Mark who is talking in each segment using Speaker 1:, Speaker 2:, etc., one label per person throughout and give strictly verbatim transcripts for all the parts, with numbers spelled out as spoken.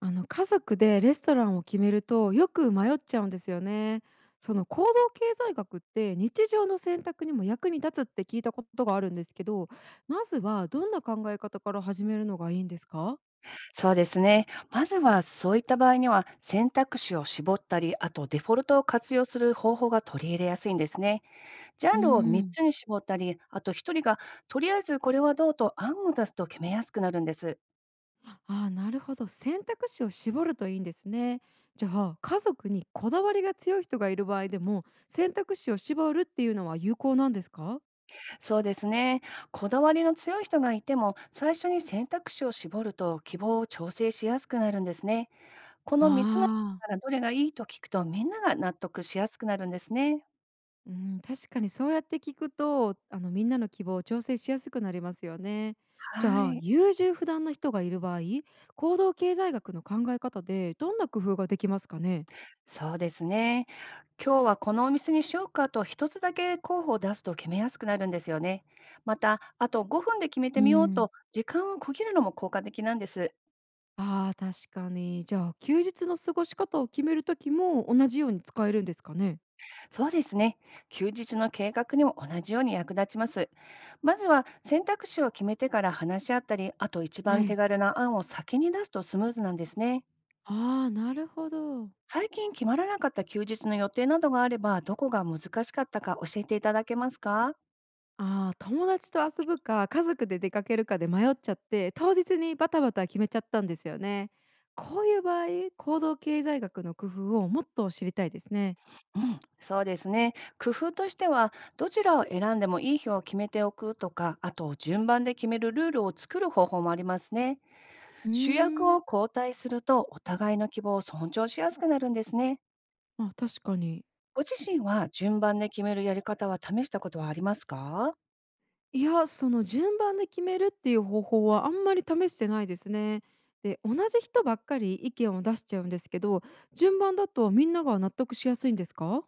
Speaker 1: あの家族でレストランを決めるとよく迷っちゃうんですよね。その行動経済学って日常の選択にも役に立つって聞いたことがあるんですけど、まずはどんな考え方から始めるのがいいんですか？
Speaker 2: そうですね。まずはそういった場合には選択肢を絞ったり、あとデフォルトを活用する方法が取り入れやすいんですね。ジャ
Speaker 1: うー
Speaker 2: ンルを3
Speaker 1: ん、
Speaker 2: つに絞ったり、あとひとりがとりあえずこれはどうと案を出すと決めやすくなるんです。
Speaker 1: ああ、なるほど。選択肢を絞るといいんですね。じゃあ家族にこだわりが強い人がいる場合でも選択肢を絞るっていうのは有効なんですか？
Speaker 2: そうですね。こだわりの強い人がいても、最初に選択肢を絞ると希望を調整しやすくなるんですね。こ
Speaker 1: あ
Speaker 2: のみっつの中か
Speaker 1: あ。
Speaker 2: らどれがいいと聞くとみんなが納得しやすくなるんですね。
Speaker 1: うん、確かにそうやって聞くと、あの、みんなの希望を調整しやすくなりますよね。じ
Speaker 2: は
Speaker 1: ゃあ、
Speaker 2: い。
Speaker 1: 優柔不断な人がいる場合、行動経済学の考え方でどんな工夫ができますかね？
Speaker 2: そうですね。今日はこのお店にしようかと一つだけ候補を出すと決めやすくなるんですよね。また、あとごふんで決め
Speaker 1: う
Speaker 2: てみよう
Speaker 1: ん、
Speaker 2: と時間を区切るのも効果的なんです。
Speaker 1: ああ、確かに。じゃあ、休日の過ごし方を決める時も同じように使えるんですかね？
Speaker 2: そうですね。休日の計画にも同じように役立ちます。まずは選択肢を決めてから話し合ったり、あと一
Speaker 1: は
Speaker 2: 番手
Speaker 1: い。
Speaker 2: 軽な案を先に出すとスムーズなんですね。
Speaker 1: ああ、なるほど。
Speaker 2: 最近決まらなかった休日の予定などがあれば、どこが難しかったか教えていただけますか？
Speaker 1: ああ、友達と遊ぶか、家族で出かけるかで迷っちゃって、当日にバタバタ決めちゃったんですよね。こういう場合、行動経済学の工夫をもっと知りたいですね。
Speaker 2: うん、そうですね。工夫としては、どちらを選んでもいい表を決めておくとか、あと順番で決めるルールを作る方法もありますね。
Speaker 1: うー
Speaker 2: 主役
Speaker 1: ん、
Speaker 2: を交代すると、お互いの希望を尊重しやすくなるんですね。
Speaker 1: あ、確かに。
Speaker 2: ご自身は順番で決めるやり方は試したことはありますか？
Speaker 1: いや、その順番で決めるっていう方法はあんまり試してないですね。で、同じ人ばっかり意見を出しちゃうんですけど、順番だとみんなが納得しやすいんですか？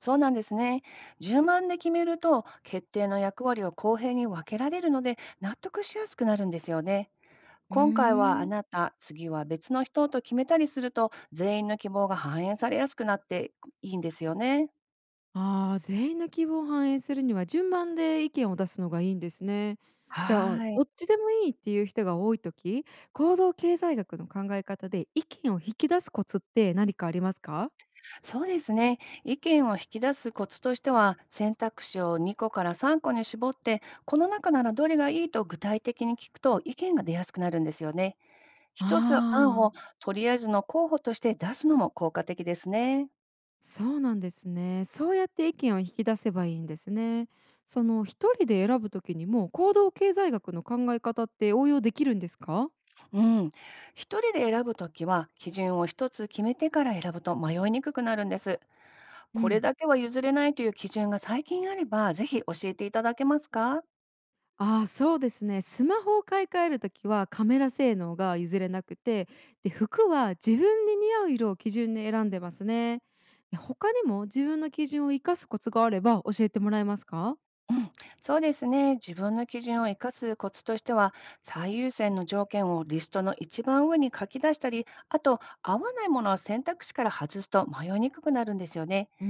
Speaker 2: そうなんですね。順番で決めると、決定の役割を公平に分けられるので、納得しやすくなるんですよね。
Speaker 1: うー
Speaker 2: 今回はあ
Speaker 1: ん、
Speaker 2: なた、次は別の人と決めたりすると、全員の希望が反映されやすくなっていいんですよね。
Speaker 1: ああ、全員の希望を反映するには順番で意見を出すのがいいんですね。じゃあ、
Speaker 2: はい。
Speaker 1: どっちでもいいっていう人が多いとき、行動経済学の考え方で意見を引き出すコツって何かありますか？
Speaker 2: そうですね。意見を引き出すコツとしては、選択肢をにこからさんこに絞って、この中ならどれがいいと具体的に聞くと意見が出やすくなるんですよね。一つ案
Speaker 1: あ
Speaker 2: を
Speaker 1: あ、
Speaker 2: とりあえずの候補として出すのも効果的ですね。
Speaker 1: そうなんですね。そうやって意見を引き出せばいいんですね。その一人で選ぶときにも行動経済学の考え方って応用できるんですか？
Speaker 2: うん。一人で選ぶときは、基準を一つ決めてから選ぶと迷いにくくなるんです。
Speaker 1: う
Speaker 2: これ
Speaker 1: ん。
Speaker 2: だけは譲れないという基準が最近あれば、ぜひ教えていただけますか？
Speaker 1: ああ、そうですね。スマホを買い替えるときはカメラ性能が譲れなくて、で、服は自分に似合う色を基準で選んでますね。で他にも自分の基準を生かすコツがあれば教えてもらえますか？
Speaker 2: うん、そうですね。自分の基準を生かすコツとしては、最優先の条件をリストの一番上に書き出したり、あと、合わないものは選択肢から外すと迷いにくくなるんですよね。
Speaker 1: うー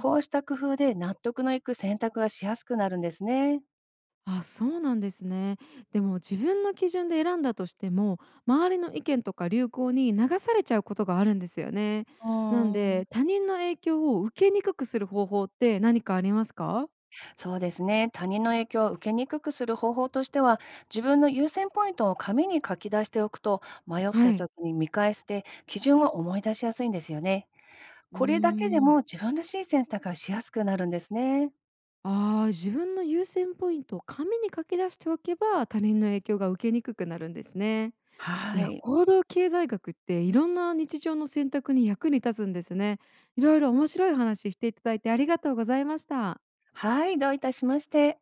Speaker 1: ん、
Speaker 2: うした工夫で納得のいく選択がしやすくなるんですね。
Speaker 1: あ、そうなんですね。でも自分の基準で選んだとしても、周りの意見とか流行に流されちゃうことがあるんですよね。
Speaker 2: う
Speaker 1: なん
Speaker 2: ーん。
Speaker 1: で、他人の影響を受けにくくする方法って何かありますか？
Speaker 2: そうですね。他人の影響を受けにくくする方法としては、自分の優先ポイントを紙に書き出しておくと、迷っ
Speaker 1: は
Speaker 2: た
Speaker 1: い。
Speaker 2: 時に見返して基準を思い出しやすいんですよね。
Speaker 1: うー
Speaker 2: これだけで
Speaker 1: ん、
Speaker 2: も自分らしい選択がしやすくなるんですね。
Speaker 1: ああ、自分の優先ポイントを紙に書き出しておけば、他人の影響が受けにくくなるんですね。い
Speaker 2: は
Speaker 1: や、
Speaker 2: い。
Speaker 1: 行動経済学っていろんな日常の選択に役に立つんですね。いろいろ面白い話していただいてありがとうございました。
Speaker 2: はい、どういたしまして。